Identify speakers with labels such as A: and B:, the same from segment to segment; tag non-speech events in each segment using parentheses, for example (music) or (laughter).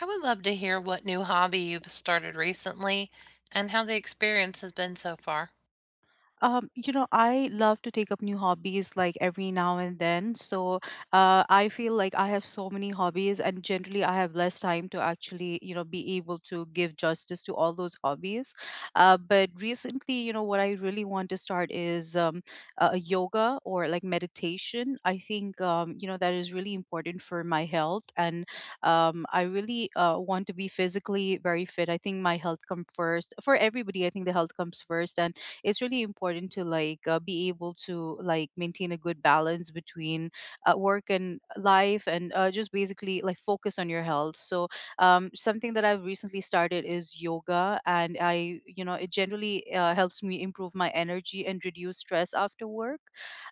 A: I would love to hear what new hobby you've started recently and how the experience has been so far.
B: I love to take up new hobbies like every now and then. I feel like I have so many hobbies, and generally, I have less time to actually, you know, be able to give justice to all those hobbies. But recently, you know, what I really want to start is yoga or like meditation. I think, you know, that is really important for my health, and I really want to be physically very fit. I think my health comes first for everybody. I think the health comes first, and it's really important to like be able to like maintain a good balance between work and life and just basically like focus on your health. So something that I've recently started is yoga, and I, you know, it generally helps me improve my energy and reduce stress after work.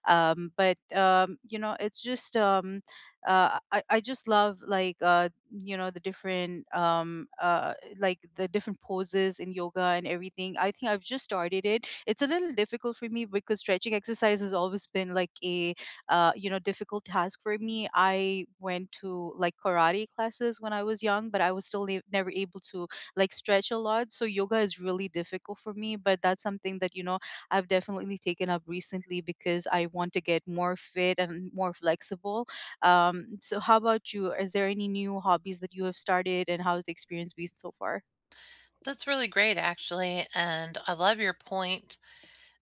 B: Um, but you know it's just I just love like you know the different like the different poses in yoga and everything. I think I've just started it. It's a little difficult for me because stretching exercise has always been like a you know difficult task for me. I went to like karate classes when I was young, but I was still never able to like stretch a lot. So yoga is really difficult for me. But that's something that, you know, I've definitely taken up recently because I want to get more fit and more flexible. So how about you? Is there any new hobbies that you have started, and how's the experience been so far?
A: That's really great, actually. And I love your point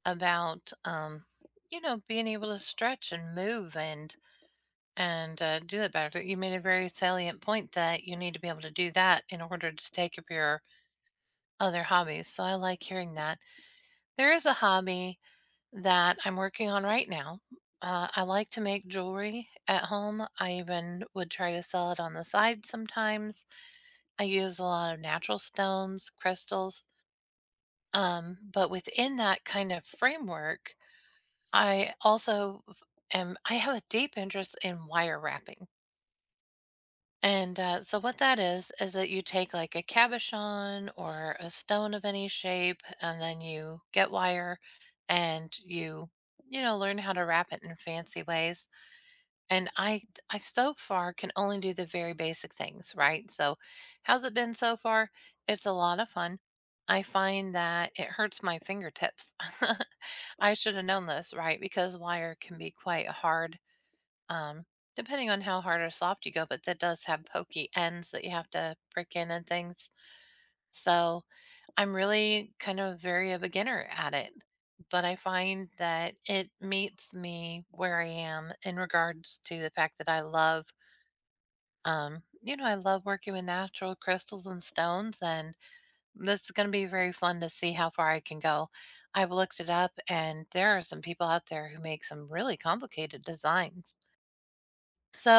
A: about, you know, being able to stretch and move and do that better. You made a very salient point that you need to be able to do that in order to take up your other hobbies. So I like hearing that. There is a hobby that I'm working on right now. I like to make jewelry at home. I even would try to sell it on the side sometimes. I use a lot of natural stones, crystals. But within that kind of framework, I also am, I have a deep interest in wire wrapping. And so, what that is that you take like a cabochon or a stone of any shape, and then you get wire and you know, learn how to wrap it in fancy ways. And I so far can only do the very basic things, right? So, how's it been so far? It's a lot of fun. I find that it hurts my fingertips. (laughs) I should have known this, right? Because wire can be quite hard um, depending on how hard or soft you go, but that does have pokey ends that you have to prick in and things. So I'm really kind of very a beginner at it, but I find that it meets me where I am in regards to the fact that I love, you know, I love working with natural crystals and stones, and this is going to be very fun to see how far I can go. I've looked it up, and there are some people out there who make some really complicated designs.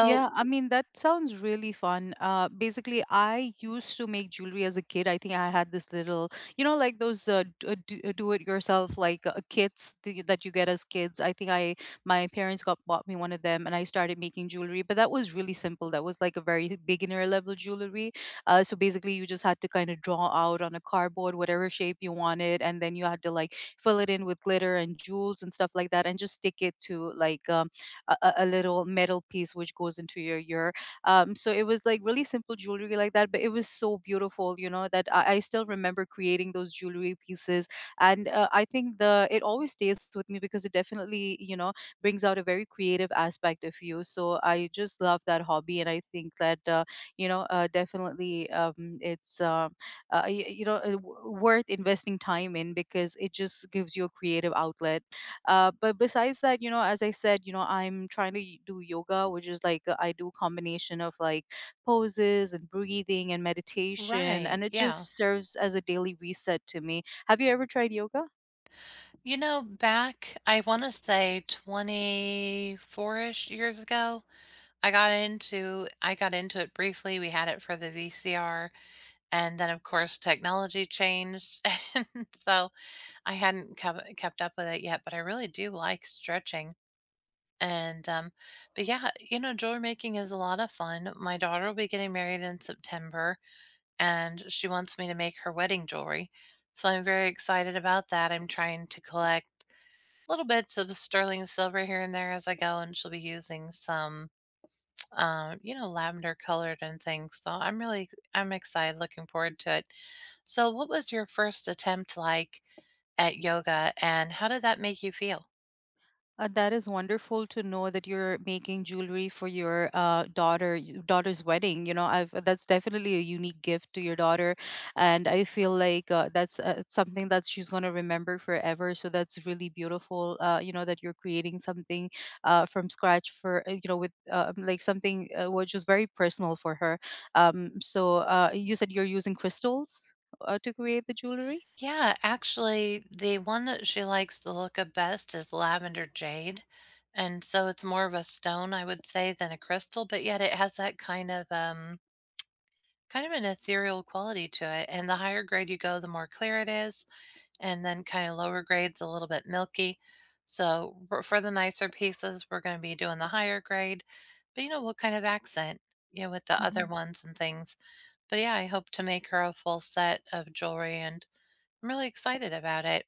B: Yeah, I mean, that sounds really fun. Basically, I used to make jewelry as a kid. I think I had this little, you know, like those do-it-yourself like kits that you get as kids. I think I my parents got bought me one of them, and I started making jewelry. But that was really simple. That was like a very beginner level jewelry. So basically, you just had to kind of draw out on a cardboard whatever shape you wanted, and then you had to like fill it in with glitter and jewels and stuff like that, and just stick it to like. Um, a little metal piece which goes into your ear. So it was like really simple jewelry like that, but it was so beautiful, you know, that I still remember creating those jewelry pieces. And I think the it always stays with me because it definitely, you know, brings out a very creative aspect of you. So I just love that hobby, and I think that definitely, it's you, you know, w- worth investing time in because it just gives you a creative outlet. But besides that, you know, as I said, you know, I'm trying to do yoga, which is like, I do combination of like poses and breathing and meditation,
A: right,
B: and it
A: yeah.
B: just serves as a daily reset to me. Have you ever tried yoga?
A: You know, back, I wanna say 24-ish years ago, I got into it briefly, we had it for the VCR, and then, of course, technology changed, (laughs) and so I hadn't kept up with it yet, but I really do like stretching, and, um but, yeah, you know, jewelry making is a lot of fun. My daughter will be getting married in September and she wants me to make her wedding jewelry. So I'm very excited about that. I'm trying to collect little bits of sterling silver here and there as I go, and she'll be using some, you know, lavender colored and things. So I'm excited, looking forward to it. So, what was your first attempt like at yoga, and how did that make you feel?
B: That is wonderful to know that you're making jewelry for your daughter's wedding. You know, I've that's definitely a unique gift to your daughter, and I feel like that's something that she's gonna remember forever. So that's really beautiful. You know that you're creating something from scratch for, you know, with like something which is very personal for her. You said you're using crystals to create the jewelry.
A: Yeah, actually, the one that she likes the look of best is lavender jade. And so it's more of a stone, I would say, than a crystal, but yet it has that kind of an ethereal quality to it. And the higher grade you go, the more clear it is, and then kind of lower grades a little bit milky. So for the nicer pieces, we're going to be doing the higher grade. But you know, we'll kind of accent, you know, with the
B: Mm-hmm.
A: other ones and things. But yeah, I hope to make her a full set of jewelry and I'm really excited about it.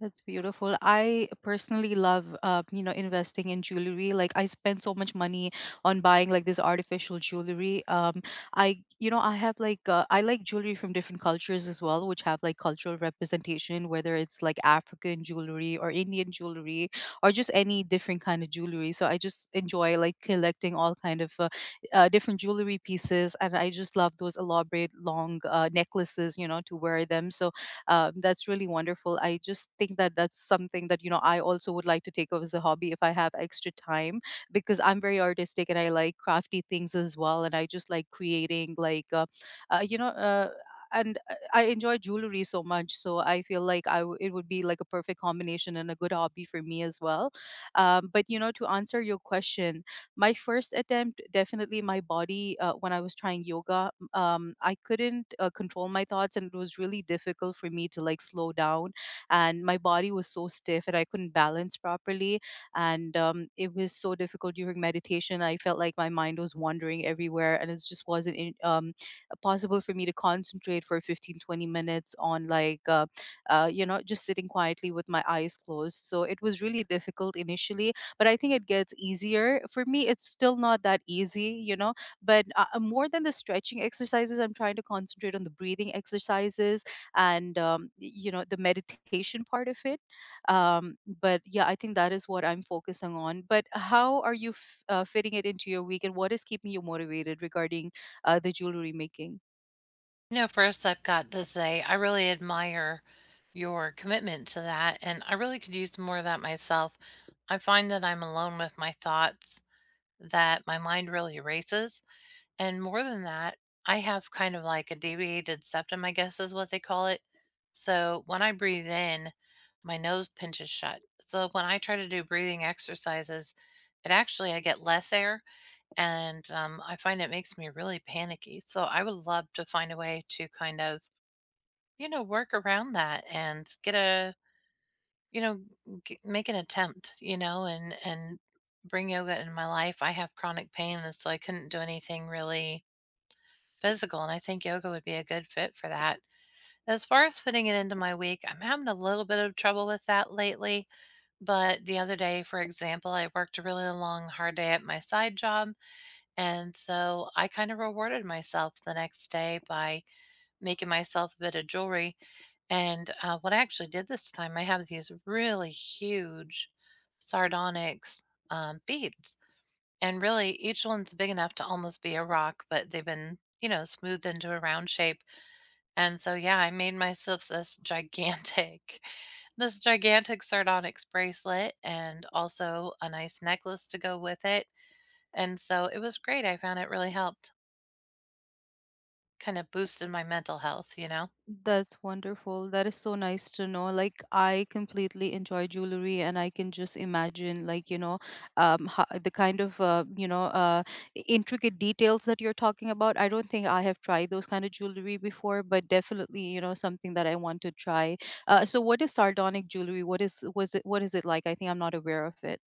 B: That's beautiful. I personally love, you know, investing in jewelry. Like I spend so much money on buying like this artificial jewelry. You know, I have like, I like jewelry from different cultures as well, which have like cultural representation, whether it's like African jewelry or Indian jewelry or just any different kind of jewelry. So I just enjoy like collecting all kind of different jewelry pieces, and I just love those elaborate long necklaces, you know, to wear them. So that's really wonderful. I just think that that's something that, you know, I also would like to take up as a hobby if I have extra time, because I'm very artistic and I like crafty things as well, and I just like creating like uh, you know uh, and I enjoy jewelry so much, so I feel like it would be like a perfect combination and a good hobby for me as well. But you know, to answer your question, my first attempt, definitely my body, when I was trying yoga, I couldn't control my thoughts, and it was really difficult for me to like slow down. And my body was so stiff, and I couldn't balance properly. And it was so difficult during meditation. I felt like my mind was wandering everywhere, and it just wasn't possible for me to concentrate for 15, 20 minutes on like you know, just sitting quietly with my eyes closed. So it was really difficult initially, but I think it gets easier. For me it's still not that easy, you know, but more than the stretching exercises, I'm trying to concentrate on the breathing exercises and you know, the meditation part of it. But yeah, I think that is what I'm focusing on. But how are you fitting it into your week, and what is keeping you motivated regarding the jewelry making?
A: You know, first, I've got to say, I really admire your commitment to that, and I really could use more of that myself. I find that I'm alone with my thoughts, that my mind really races. And more than that, I have kind of like a deviated septum, I guess is what they call it. So when I breathe in, my nose pinches shut. So when I try to do breathing exercises, it actually, I get less air and I find it makes me really panicky. So I would love to find a way to kind of, you know, work around that and get a, you know, make an attempt, you know, and bring yoga in my life. I have chronic pain, and so I couldn't do anything really physical, and I think yoga would be a good fit for that. As far as fitting it into my week, I'm having a little bit of trouble with that lately. But the other day, for example, I worked a really long, hard day at my side job. And so I kind of rewarded myself the next day by making myself a bit of jewelry. And what I actually did this time, I have these really huge sardonyx beads. And really, each one's big enough to almost be a rock, but they've been, you know, smoothed into a round shape. And so, yeah, I made myself this gigantic (laughs) this gigantic sardonyx bracelet and also a nice necklace to go with it. And so it was great. I found it really helped. Kinda boosted my mental health, you know?
B: That's wonderful. That is so nice to know. Like I completely enjoy jewelry, and I can just imagine like, you know, the kind of intricate details that you're talking about. I don't think I have tried those kind of jewelry before, but definitely, you know, something that I want to try. So what is sardonic jewelry? What is it like? I think I'm not aware of it.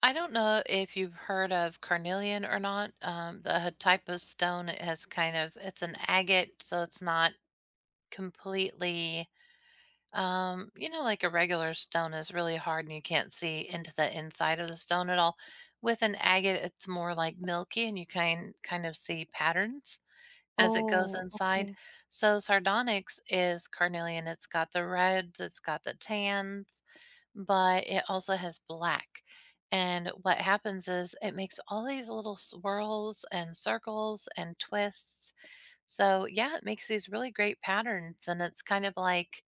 A: I don't know if you've heard of carnelian or not, the type of stone it has kind of it's an agate, so it's not completely, you know, like a regular stone is really hard and you can't see into the inside of the stone at all. With an agate, it's more like milky and you can kind of see patterns as it goes
B: Oh,
A: inside.
B: okay.
A: So sardonyx is carnelian, it's got the reds, it's got the tans, but it also has black. And what happens is it makes all these little swirls and circles and twists. So yeah, it makes these really great patterns and it's kind of like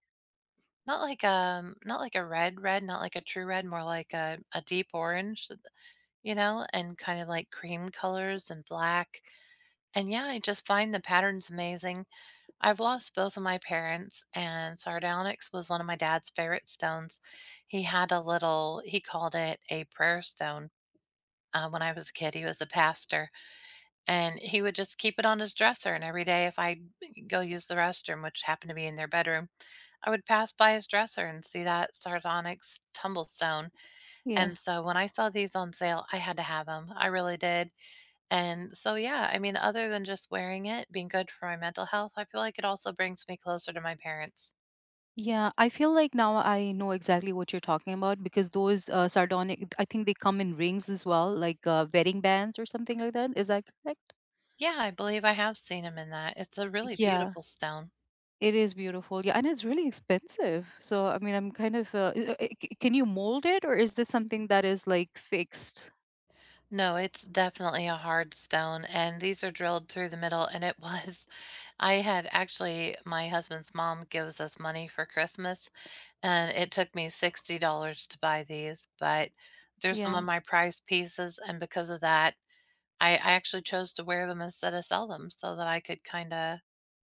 A: not like not like a red red, not like a true red, more like a deep orange, you know, and kind of like cream colors and black. And yeah, I just find the patterns amazing. I've lost both of my parents, and sardonyx was one of my dad's favorite stones. He had a little he called it a prayer stone, when I was a kid, he was a pastor, and he would just keep it on his dresser, and every day if I go use the restroom, which happened to be in their bedroom, I would pass by his dresser and see that sardonyx tumble stone,
B: Yeah.
A: and so when I saw these on sale, I had to have them. I really did. And so, yeah, I mean, other than just wearing it being good for my mental health, I feel like it also brings me closer to my parents.
B: Yeah, I feel like now I know exactly what you're talking about, because those sardonic, I think they come in rings as well, like wedding bands or something like that. Is that correct?
A: Yeah, I believe I have seen him in that. It's a really
B: Yeah,
A: beautiful stone.
B: it is beautiful. Yeah, and it's really expensive. So, I mean, I'm kind of, can you mold it, or is this something that is like fixed?
A: No, it's definitely a hard stone, and these are drilled through the middle. And it (laughs) was, I had actually, my husband's mom gives us money for Christmas, and it took me $60 to buy these, but they're some of
B: Yeah.
A: my prized pieces. And because of that, I actually chose to wear them instead of sell them so that I could kind of,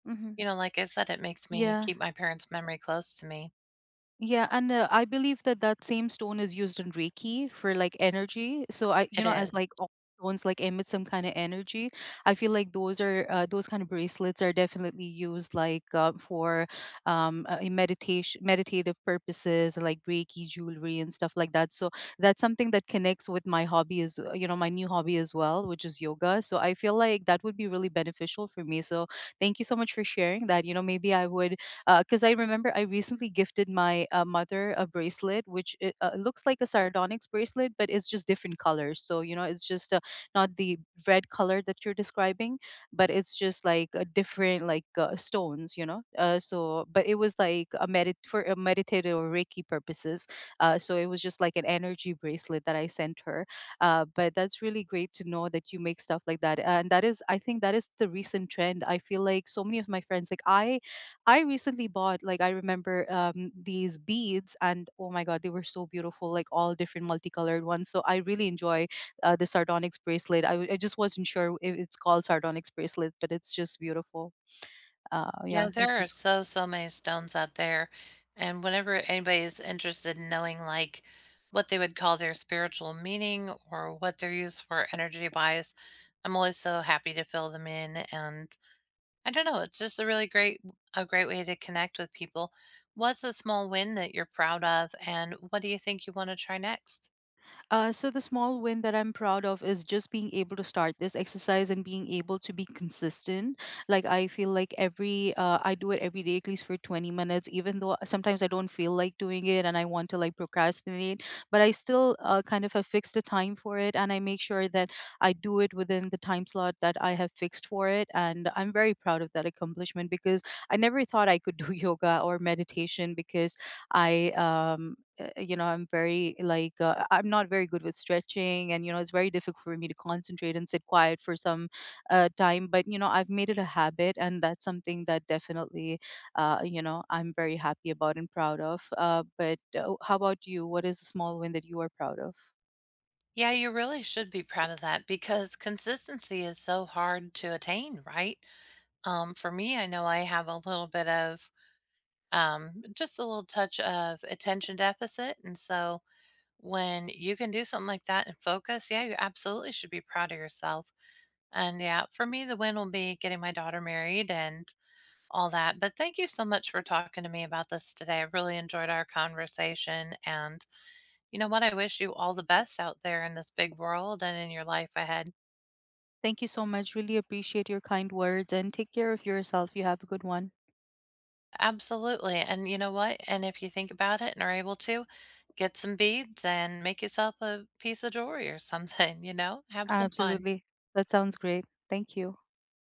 B: Hmm.
A: you know, like I said, it makes me
B: Yeah.
A: keep my parents' memory close to me.
B: Yeah, and I believe that that same stone is used in Reiki for like energy. So I, you
A: It
B: know,
A: is.
B: as like all stones like emit some kind of energy. I feel like those are those kind of bracelets are definitely used like for in meditation meditative purposes like Reiki jewelry and stuff like that. So that's something that connects with my hobby is, you know, my new hobby as well, which is yoga. So I feel like that would be really beneficial for me. So thank you so much for sharing that. You know, maybe I would, because I remember I recently gifted my mother a bracelet, which it, looks like a sardonyx bracelet, but it's just different colors. So, you know, it's just not the red color that you're describing, but it's just like a different, like stones, you know. So, but it was like a medit for a meditative or Reiki purposes. So it was just like an energy bracelet that I sent her. But that's really great to know that you make stuff like that. And that is, I think, that is the recent trend. I feel like so many of my friends, like I recently bought, like I remember these beads, and oh my god, they were so beautiful, like all different multicolored ones. So I really enjoy the sardonyx bracelet. I just wasn't sure if it's called sardonyx bracelet, but it's just beautiful.
A: Yeah,
B: Yeah it's
A: there are
B: just
A: so many stones out there. And whenever anybody is interested in knowing, like, what they would call their spiritual meaning or what they're used for energy wise, I'm always so happy to fill them in. And I don't know, it's just a really great, a great way to connect with people. What's a small win that you're proud of? And what do you think you want to try next?
B: So the small win that I'm proud of is just being able to start this exercise and being able to be consistent. Like I feel like every I do it every day at least for 20 minutes, even though sometimes I don't feel like doing it and I want to like procrastinate, but I still kind of have fixed a time for it, and I make sure that I do it within the time slot that I have fixed for it. And I'm very proud of that accomplishment because I never thought I could do (laughs) yoga or meditation because I you know, I'm very like I'm not very good with stretching, and you know it's very difficult for me to concentrate and sit quiet for some time. But you know, I've made it a habit, and that's something that definitely, you know, I'm very happy about and proud of. But How about you? What is the small win that you are proud of?
A: Yeah, you really should be proud of that because consistency is so hard to attain, right? For me, I know I have a little bit of just a little touch of attention deficit. And so when you can do something like that and focus, yeah, you absolutely should be proud of yourself. And yeah, for me, the win will be getting my daughter married and all that. But thank you so much for talking to me about this today. I really enjoyed our conversation. And you know what? I wish you all the best out there in this big world and in your life ahead.
B: Thank you so much. Really appreciate your kind words, and take care of yourself. You have a good one.
A: Absolutely, and you know what? And if you think about it and are able to, get some beads and make yourself a piece of jewelry or something, (laughs) you know? Have some fun.
B: Absolutely. That sounds great. Thank you.